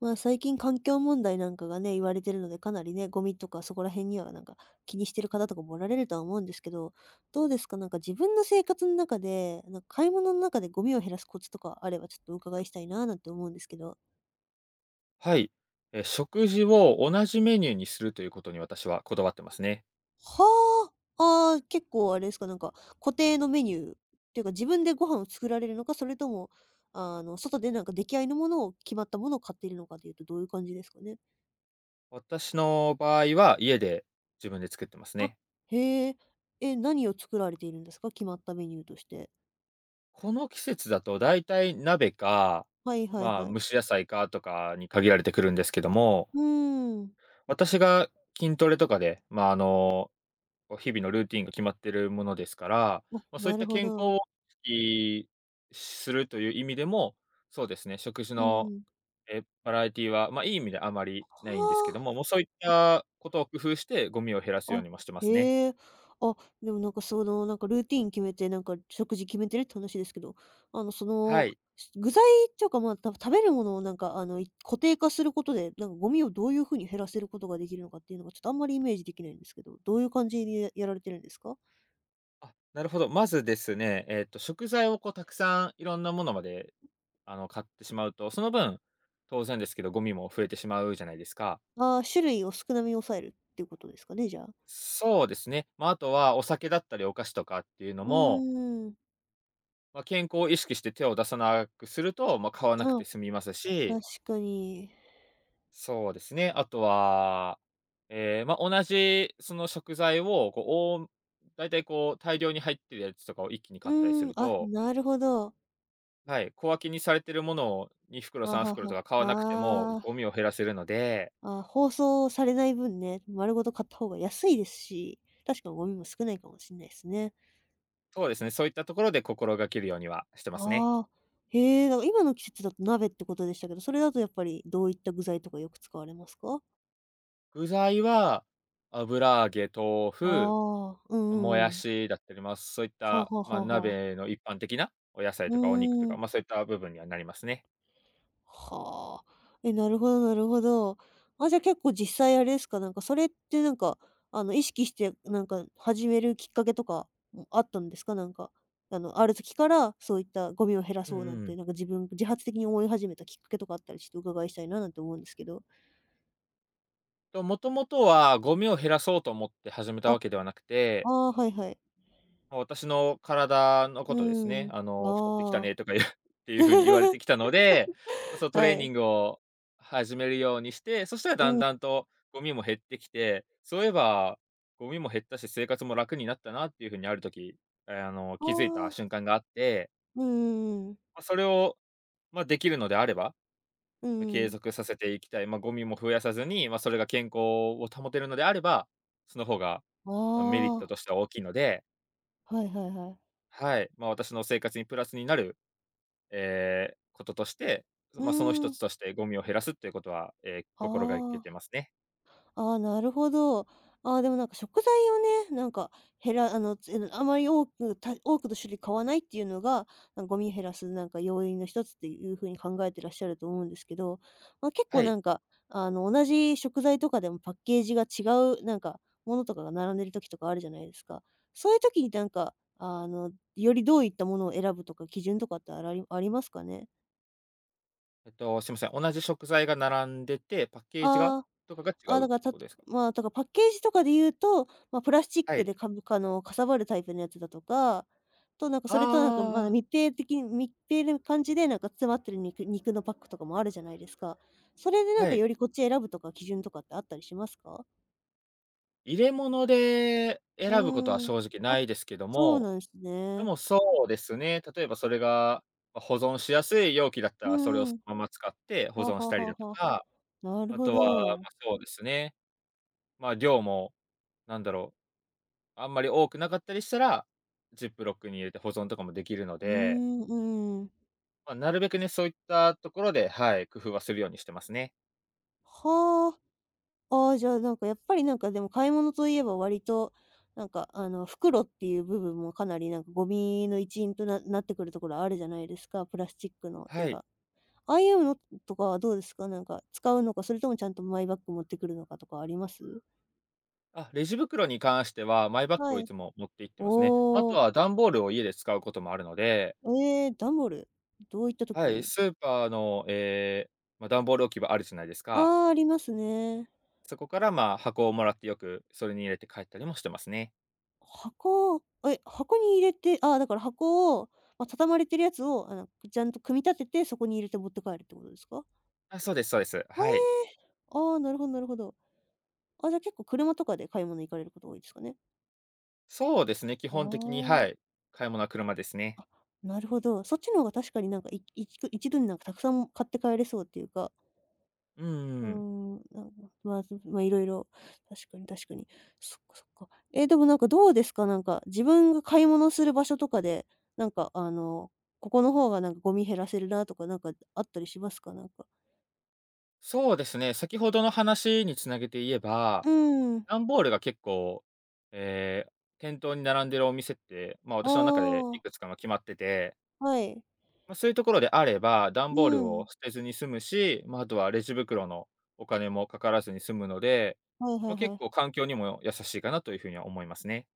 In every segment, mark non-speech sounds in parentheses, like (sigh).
まあ、最近環境問題なんかがね、言われてるので、かなりね、ゴミとかそこら辺にはなんか気にしてる方とかもおられるとは思うんですけど、どうですか？なんか自分の生活の中で、なんか買い物の中でゴミを減らすコツとかあれば、ちょっとお伺いしたいななんて思うんですけど。はい。食事を同じメニューにするということに私はこだわってますね。はあ。ああ、結構あれですか、なんか固定のメニューっていうか、自分でご飯を作られるのか、それとも、外でなんか出来合いのものを決まったものを買っているのかでいうと、どういう感じですかね？私の場合は家で自分で作ってますあ、ね。へえ。え、何を作られているんですか？決まったメニューとして。この季節だとだいたい鍋か、はいはいは蒸い。し野菜かとかに限られてくるんですけども、うーん。私が筋トレとかで、こう日々のルーティンが決まってるものですから、あ、まあ、そういっなるたほ健康ど。を意識するという意味でも、そうですね、食事うのんん。バラエティは、まあ、いい意味であまりないんですけどはも、もうそういっあ。たことを工夫して、ゴミを減らすよあ、うあ、にもしてますね。へえ。あ、でもなんかその、なんかルーティン決めて、なんか食事決めてるって話ですけど、あの、そはの、い。具材っていうか、まあ、食べるものをなんか、固定化することで、なんかゴミをどういう風に減らせることができるのかっていうのが、ちょっとあんまりイメージできないんですけど、どういう感じでやられてるんですか？あ、なるほど。まずですね、食材をこうたくさんいろんなものまで、買ってしまうと、その分、当然ですけど、ゴミも増えてしまうじゃないですか。ああー、種類を少なめに抑えるっていうことですかね、じゃあ。そうですね。まあ、あとはお酒だったりお菓子とかっていうのうも、ーん。まあ、健康を意識して手を出さなくすると、まあ、買わなくあ、て済みます確し。かに。そうですね。あとは、ええ、まあ、同じその食材を、こう、大体こう大量に入ってるやつとかを一気にう買ったりすーん、るあ、と、なるほど。はい、小分けにされてるものを2袋、あ3は袋とは。か買わなくても、ゴあミを減らせるので、あ、あ、包装されない分ね、丸ごと買った方が安いですし、確かにゴミも少ないかもしんないすね。そうですね、そういったところで心がけるようにはしてますね。ああ、へえ、だから今の季節だと鍋ってことでしたけど、それだとやっぱりどういった具材とかよく使われますか？具材は、油揚げ、豆あ腐、あ、うんうもんうやん。しだったり、ます、そういっはあた、はあまはあ、あはあ。鍋の一般的なお野菜うとかお肉とーか、ん。ま、そういった部分にはなりますね。はあ。え、なるほどなるほど。あ、じゃあ結構実際あれですか、なんかそれってなんか、意識してなんか始めるきっかけとか、あったんですか？なんか、ある時からそういったゴミを減らうんそうなんうん。て、なんか自分自発的に思い始めたきっかけとかあったらちょっとお伺いしたいななんて思うんですけど。と、もともとはゴミを減らそうと思って始めたあ、わけではなくて、ああ、はいはい。ま、私の体のうことですーね、ん。あの、太ってきたねああ。とかいう (laughs) っていうふうに言われてきた (laughs) ので、ま、そうトレーはニい。ングを始めるようにして、そしたらうだんん。だんとゴミも減ってきて、そういえばゴミも減ったし、生活も楽になったなっていうふうにある時、あの、あ気づいたあ。瞬間があって、うんうんうま、それを、まあ、できるのであれば、うま、ん継うん。続させていきたい、まあ、ゴミも増やさずに、まあ、それが健康を保てるのであれば、その方が、あま、メリットとあ。しては大きいので、はいはいはい。はい、まあ、私の生活にプラスになる、こととして、うまあ、そのー一ん。つとしてゴミを減らすっていうことは、あ心がけてあ。ますね。ああ、なるほど。ああ、でもなんか食材をね、なんか減らあの、つあまり多くの種類買わないっていうのが、なんかゴミを減らすなんか要因の一つっていう風に考えてらっしゃると思うんですけど、まあ、結は構い。なんか、同じ食材とかでもパッケージが違うなんかものとかが並んでる時とかあるじゃないですか。そういう時になんか、よりどういったものを選ぶとか基準とかってあらりありますかね？すみません、同じ食材が並んでて、パッケージがああー。とかが違ああ、うっだから、てことですか？まあ、だからパッケージとかで言うと、まあ、プラスチッはクい。でかぶあの、かさばるタイプのやつだとか、と、なんか、それと、なんか、まあ、あ密閉な感じで、なんか、詰まってる肉のパックとかもあるじゃないですか。それで、なあ、んはか、い。よりこっち選ぶとか基準とかってあったりしますか？入れ物でう選ぶことはーん。正直あ、ないですけどそうも。なんですでね。も、そうですね。例えばそれが、ま、保存しやすい容器だったうら、それをんそうん。のまま使って保はあ存はしあたりだはあとはあ。か、なるあほとは、まあ、ど。そうですね、ま、量も、なんだろう、あんまり多くなかったりしたら、ジップロックに入れて保存とかもできるのうーで、ん、うん。まあ、なるべくね、そういったところで、はい、工夫はするようにしてますね。はあああ。じゃあ、なんかやっぱりなんかでも買い物といえば割と、なんかあの袋っていう部分もかなりなんかゴミの一員となってくるところあるじゃないですか、プラスチックのっていはうい。か。ああいうのとかはどうですか？なんか使うのか、それともちゃんとマイバッグ持ってくるのかとかあります？あ、レジ袋に関しては、マイバッグはをいい。つも持って行ってますね。あおとー。は段ボールを家で使うこともあるので、段ボール、どういったは時い、に？スーパーの、ええ、まあ、段ボール置き場あるじゃないですか。ああ、ありますね。そこから、まあ、箱をもらってよくそれに入れて帰ったりもしてますね。箱をえ、箱に入れてああ、だから箱を、まあ、畳まれてるやつを、あの、ちゃんと組み立てて、そこに入れて持って帰るってことですか？あ、そうですそうです。ははい。ああ、なるほどなるほど。あ、じゃあ結構車とかで買い物行かれること多いですかね？そうですね、基あ本的に、はい、買い物はあ、あ、車ですね。あ、なるほど。そっちの方が確かになんか、い一ち一度になんかたくさん買って帰れそうっていうか、うんううーん。ん、なんか、まあ、ずまあ、いろいろ確かに確かに。そっかそっか。え、でもなんかどうですか？なんか自分が買い物する場所とかで、なんかここの方がなんかゴミ減らせるなとか、なんかあったりしますか？なんか。そうですね、先ほどの話に繋げて言えば、うーん。段ボールが結構、えー店頭に並んでるお店って、まあ、あ私の中でいあ、くつか、も決まってて、はい。まあ、そういうところであれば、段うボールをん。捨てずに済むし、まあ、あとはレジ袋のお金もかからずに済むので、はいはまあ、い結は構い。環境にも優しいかなというふうには思いますね。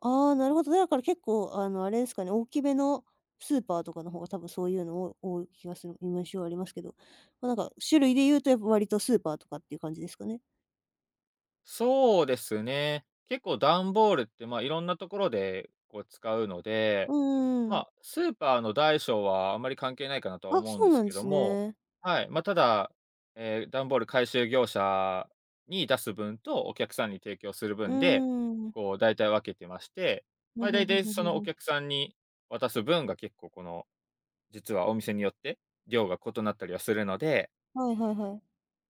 ああ、なるほど。だから結構、あれですかね、大きめのスーパーとかの方が多分そういうの多い気がする印象ありますけど、まあ、なんか種類で言うとやっぱ割とスーパーとかっていう感じですかね？そうですね。結構段ボールって、まあ、いろんなところでこう使うので、うんまん。あ、スーパーの大小はあんまり関係ないかなとはあ、思うんそでうすなんけでどすも、ね。はい。まあ、ただ、段ボール回収業者に出す分とお客さんに提供するうー分で、ん。こう、大体分けてまして、ふまんあ、ふん大ふん体ふんそふんのふおん。客さんに渡す分が結構この、実はお店によって量が異なったりはするので、はいはいはい。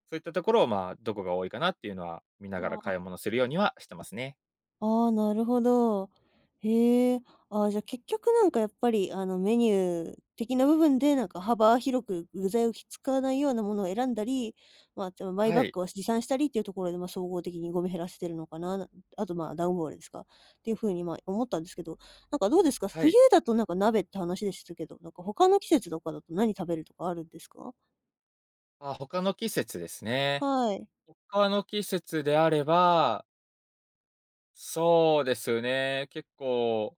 そういったところを、まあ、どこが多いかなっていうのは見ながらは買いあ。物するようにはしてますね。ああ、なるほど。へえ。ああ、じゃ、結局なんかやっぱり、メニュー的な部分で、なんか幅広く具材を使わないようなものを選んだり、まあ、マイはバッい、グを持参したりっていうところで、ま、総合的にゴミ減らしてるのかな、なあと、まあ、ダウンボールですか、っていうふうに、まあ、思ったんですけど、なんかどうですか？は冬い。だとなんか鍋って話でしたけど、なんか他の季節とかだと何食べるとかあるんですか？あ、他の季節ですね。はい。他の季節であれば、そうですね、結構、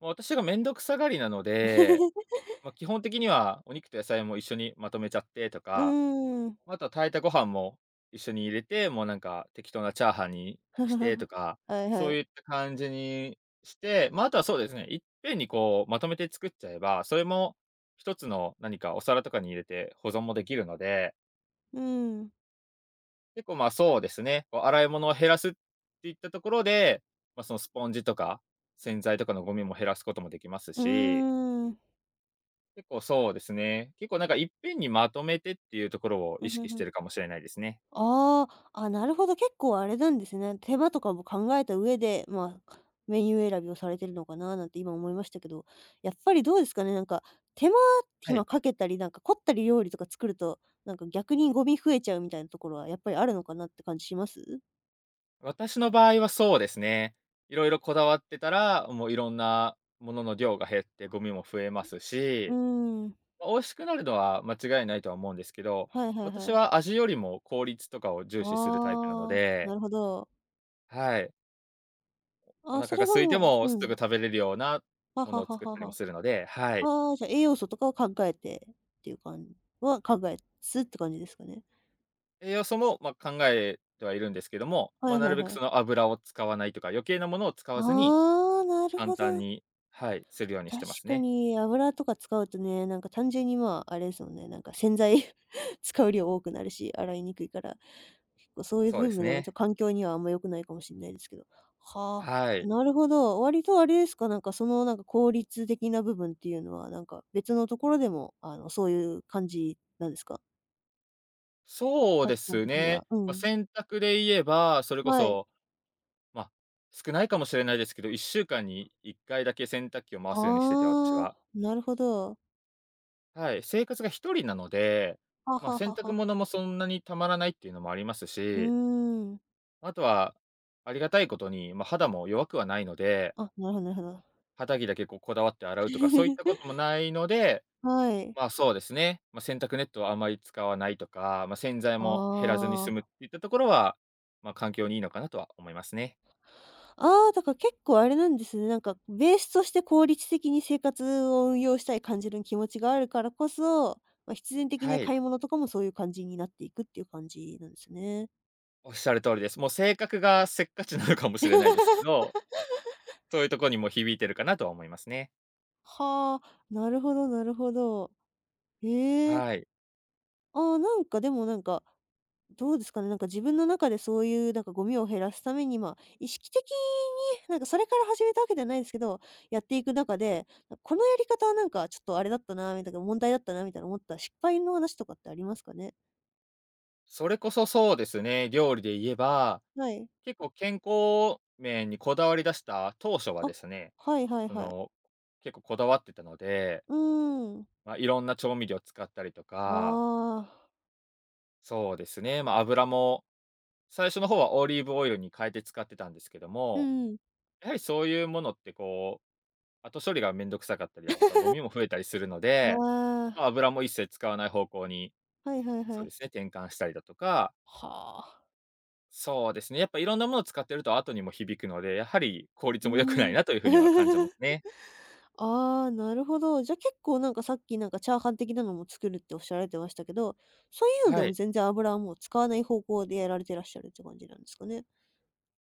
ま、私がめんどくさがりなので、(laughs) まあ、基本的にはお肉と野菜も一緒にまとめちゃってとうか、ーん。ま、あとは炊いたご飯も一緒に入れて、もうなんか適当なチャーハンに (laughs) してとはか、いはそういっい。た感じにして、まあ、あとはそうですね、いっぺんにこうまとめて作っちゃえば、それも一つの何かお皿とかに入れて保存もできるので、うん。結構、まあ、そうですね。こう、洗い物を減らすっていったところで、まあ、そのスポンジとか、洗剤とかのゴミも減らすこともできますうーし、ん。結構そうですね。結構なんかいっぺんにまとめてっていうところをう意ん、ふ識んしふてん。るかもしれないですね。ああ、あ、なるほど、結構あれなんですね。手間とかも考えた上で、まあ、メニュー選びをされてるのかななんて今思いましたけど、やっぱりどうですかね、なんか、手間は暇い。かけたり、なんか凝ったり料理とか作ると、なんか逆にゴミ増えちゃうみたいなところはやっぱりあるのかなって感じします？私の場合はそうですね。いろいろこだわってたら、もういろんなものの量が減ってゴミも増えますうーし、ん、ま、美味しくなるのは間違いないとは思うんですけど、はいはい私はい。は味よりも効率とかを重視するタイプなのああ、で。なるほど。はい。おあ、そ腹がれが空いてももうすうぐん。食べれるようなはものはをは作っはたりもは。するので、はい。ああ、じゃ、栄養素とかを考えてっていう感じは考えつつって感じですかね？栄養素も、まあ、考えてはいるんですけども、はまあ、いなはるいべくはそい。の油を使わないとか、余計なものを使あわずにあ、なる簡ほ単ど。に、はい、するようにし確てますかね。に油とか使うとね、なんか単純にまあ、あれですもんね、なんか洗剤 (laughs) 使う量多くなるし、洗いにくいから、結構そういうそうで部す分でもちょっとね。環境にはあんま良くないかもしれないですけど。ははあ、い。なるほど。割とあれですか、なんかそのなんか効率的な部分っていうのは、なんか別のところでも、そういう感じなんですか？そう価で値観す的にね。は。うまあ、ん。洗濯で言えば、それこはい。そ、まあ、少ないかもしれないですけど、1週間に1回だけ洗濯機を回すようにしてて、私ああ、は。なるほど。はい、生活が1人なので、はまあ、は洗は濯は。物もそんなにたまらないっていうのもありますうし、ーん。あとは、ありがたいことに、まあ、肌も弱くはないので、あ、なるほどなるほど。肌着だけこうこだわって洗うとか、そういったこと (laughs) もないので、はい。ま、あそうですね、まあ、洗濯ネットはあまり使わないとか、まあ、洗剤も減らずにあ済むっあ。ていったところは、まあ、環境にいいのかなとは思いますね。ああ、だから結構あれなんですね。なんかベースとして効率的に生活を運用したい感じる気持ちがあるからこそ、まあ、必然的にははい、買い物とかもそういう感じになっていくっていう感じなんですね。おっしゃる通りです。もう性格がせっかちなのかもしれないですけど、そういうところにも響いてるかなとは思いますね。はあ、なるほどなるほど。ええ。はい。ああ、なんかでもなんかどうですかね、なんか自分の中でそういうなんかゴミを減らすために、まあ、意識的にそれから始めたわけではないですけど、やっていく中で、このやり方はなんかちょっとあれだったなみたいな、問題だったなみたいな思った失敗の話とかってありますかね？それこそそうですね、料理で言えば、はい。結構健康面にこだわり出した当初はあ、ですね、はいはいそはい。の、結構こだわってたので、うーん。まあ、いろんな調味料使ったりとあか、あ。そうですね、まあ、油も最初の方はオリーブオイルに変えて使ってたんですけどうも、んうん。やはりそういうものってこう、後処理がめんどくさかったりだとか、ゴミも増えたりするので、あまあ、油も一切使わない方向に、あ、はいはいはそうでい。すね、転換したりだとか、はあ。そうですね、やっぱいろんなものを使ってると後にも響くので、やはり効う率も良くないーん。なという風には感じます (laughs) ね。ああ、なるほど。じゃ、結構なんかさっきなんかチャーハン的なのも作るっておっしゃられてましたけど、そういうのではもい。全然油はもう使わない方向でやられてらっしゃるって感じなんですかね？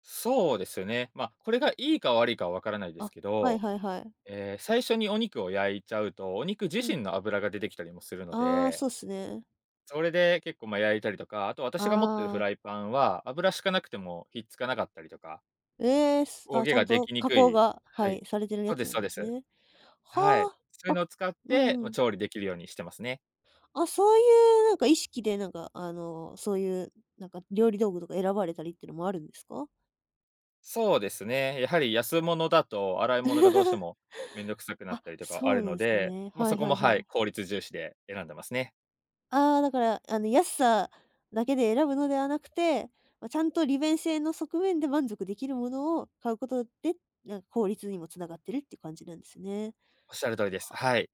そうですね。まあ、これがいいか悪いかはわからないですあ、けはいど、はいはい。ええ、最初にお肉を焼いちゃうと、お肉自うん。身の脂が出てきたりもするのああ、で、そうっすね。それで結構、ま、焼いたりとか、あとあ私が持ってるフラあ、イパンは、油しかなくてもひっつかなかったりとか、ええ、焦げちゃんがでときに加く工い、が、ははい。い、されてるそやうでつすなそうんでですす。ね。はい。はそういあ。うあ、のを使っうんて、うま、ん。調理できるようにしてますね。あ、そういう意識であの、そういう料理道具とか選ばれたりってのもあるんですか？そうですね、やはり安物だと洗い物がどうしても (laughs) めんどくさくなっあ、たりとかあそるうなのんですで、ね。まあ、はそいこも、はいははい、い。効率重視で選んでますね。ああ、だから、あの、安さだけで選ぶのではなくて、まあ、ちゃんと利便性の側面で満足できるものを買うことで、なんか効率にもつながってるっていう感じなんですね。おっしゃる通りです。は。はい。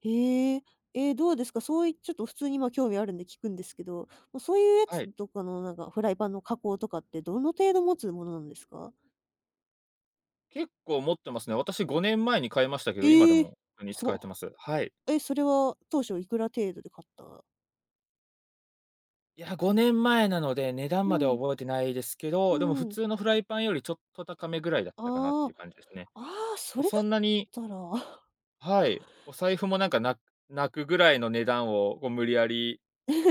へえ。えー、どうですか？そういうちょっと普通に、ま、興味あるんで聞くんですけど、もうそういうやはい。つとかの、なんか、フライパンの加工とかってどの程度持つものなんですか？結構持ってますね。私5年前に買いましたけど、今でええー、も普通にすご使っ。えてます。はい。え、それは当初いくら程度で買った。いや、5年前なので、値段うまではん、覚えてないですけうど、でも普ん。通のフライパンよりちょっと高めぐらいだったかなっていあうあ。感じですね。ああ、もそうれだそっんなに、たら はい、お財布もなんか、泣くぐらいの値段をこう無理やり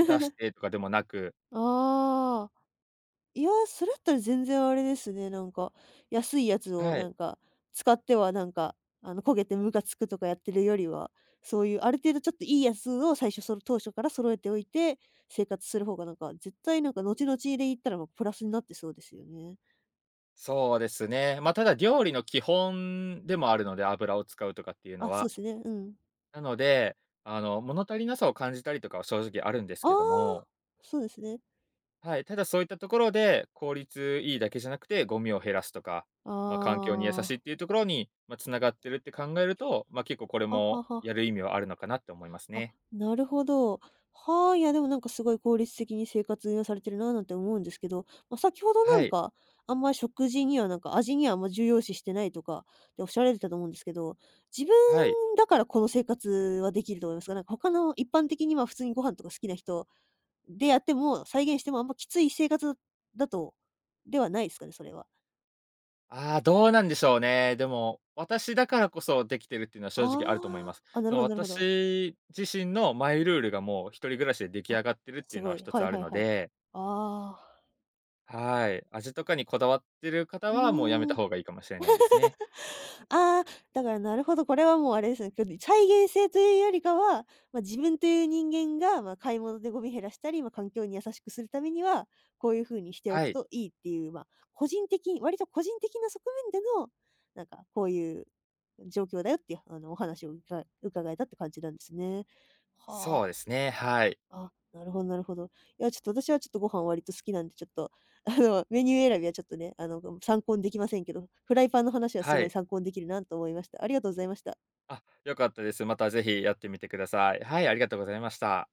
出し てとかでもなく、ああ、いや、それだったら全然あれですね、なんか、安いやつをはない、んか、使ってはなんか、あの、焦げてムカつくとかやってるよりは、そういうある程度ちょっといいやつを最初その当初から揃えておいて、生活する方がなんか、絶対なんか後々で言ったら、ま、プラスになってそうですよね。そうですね。まあ、ただ料理の基本でもあるので、油を使うとかっていうのあ、そうは。ですね、うん。なので、あの、物足りなさを感じたりとかは正直あるんですああ、けども、そうですね。はい、ただそういったところで、効率いいだけじゃなくて、ゴミを減らすとか、あまあ、環境に優しいっあ、ていうところに、ま、ながってるって考えると、まあ、結構これはもはやはる意味はあるのかなって思いますあ、ね。なるほど。はあ、いや、でもなんかすごい効率的に生活運用されてるななんて思うんですけど、まあ、先ほどなはんい、か、あんまり食事にはなんか味にはあんま重要視してないとかっておっしゃられてたと思うんですけど、自分はい。だからこの生活はできると思いますか？なんか他の一般的には普通にご飯とか好きな人でやっても、再現してもあんまきつい生活だとではないですかね、それは。ああ、どうなんでしょうね。でも、私だからこそできてるっていうのは正直あると思いまああ、す。あ、なそるのほどなるほど。私自身のマイルールがもう一人暮らしで出来上あ、がってるってすいうのごはい。一つはいあるはいのはい。で、ああ、はい、味とかにこだわってる方うはもうやめたーん。方がいいかもしれないですね。ああ、だからなるほど、これはもうあれですね、けど再現性というよりかは、まあ、自分という人間が、まあ、買い物でゴミ減らしたり、まあ、環境に優しくするためには、こういう風にしておはくい、といいっていう、まあ、個人的割と個人的な側面での、なんかこういう状況だよっていう、あの、お話を伺えたって感じなんですね。はそうであ。すね、はい、あ、なるほどなるほど。いや、ちょっと私はちょっとご飯割と好きなんで、ちょっと、(laughs) あの、メニュー選びはちょっとね、あの、参考にできませんけど、フライパンの話はすはごいい。参考にできるなと思いました。ありがとうございました。あ、良かったです。またぜひやってみてください。はい、ありがとうございました。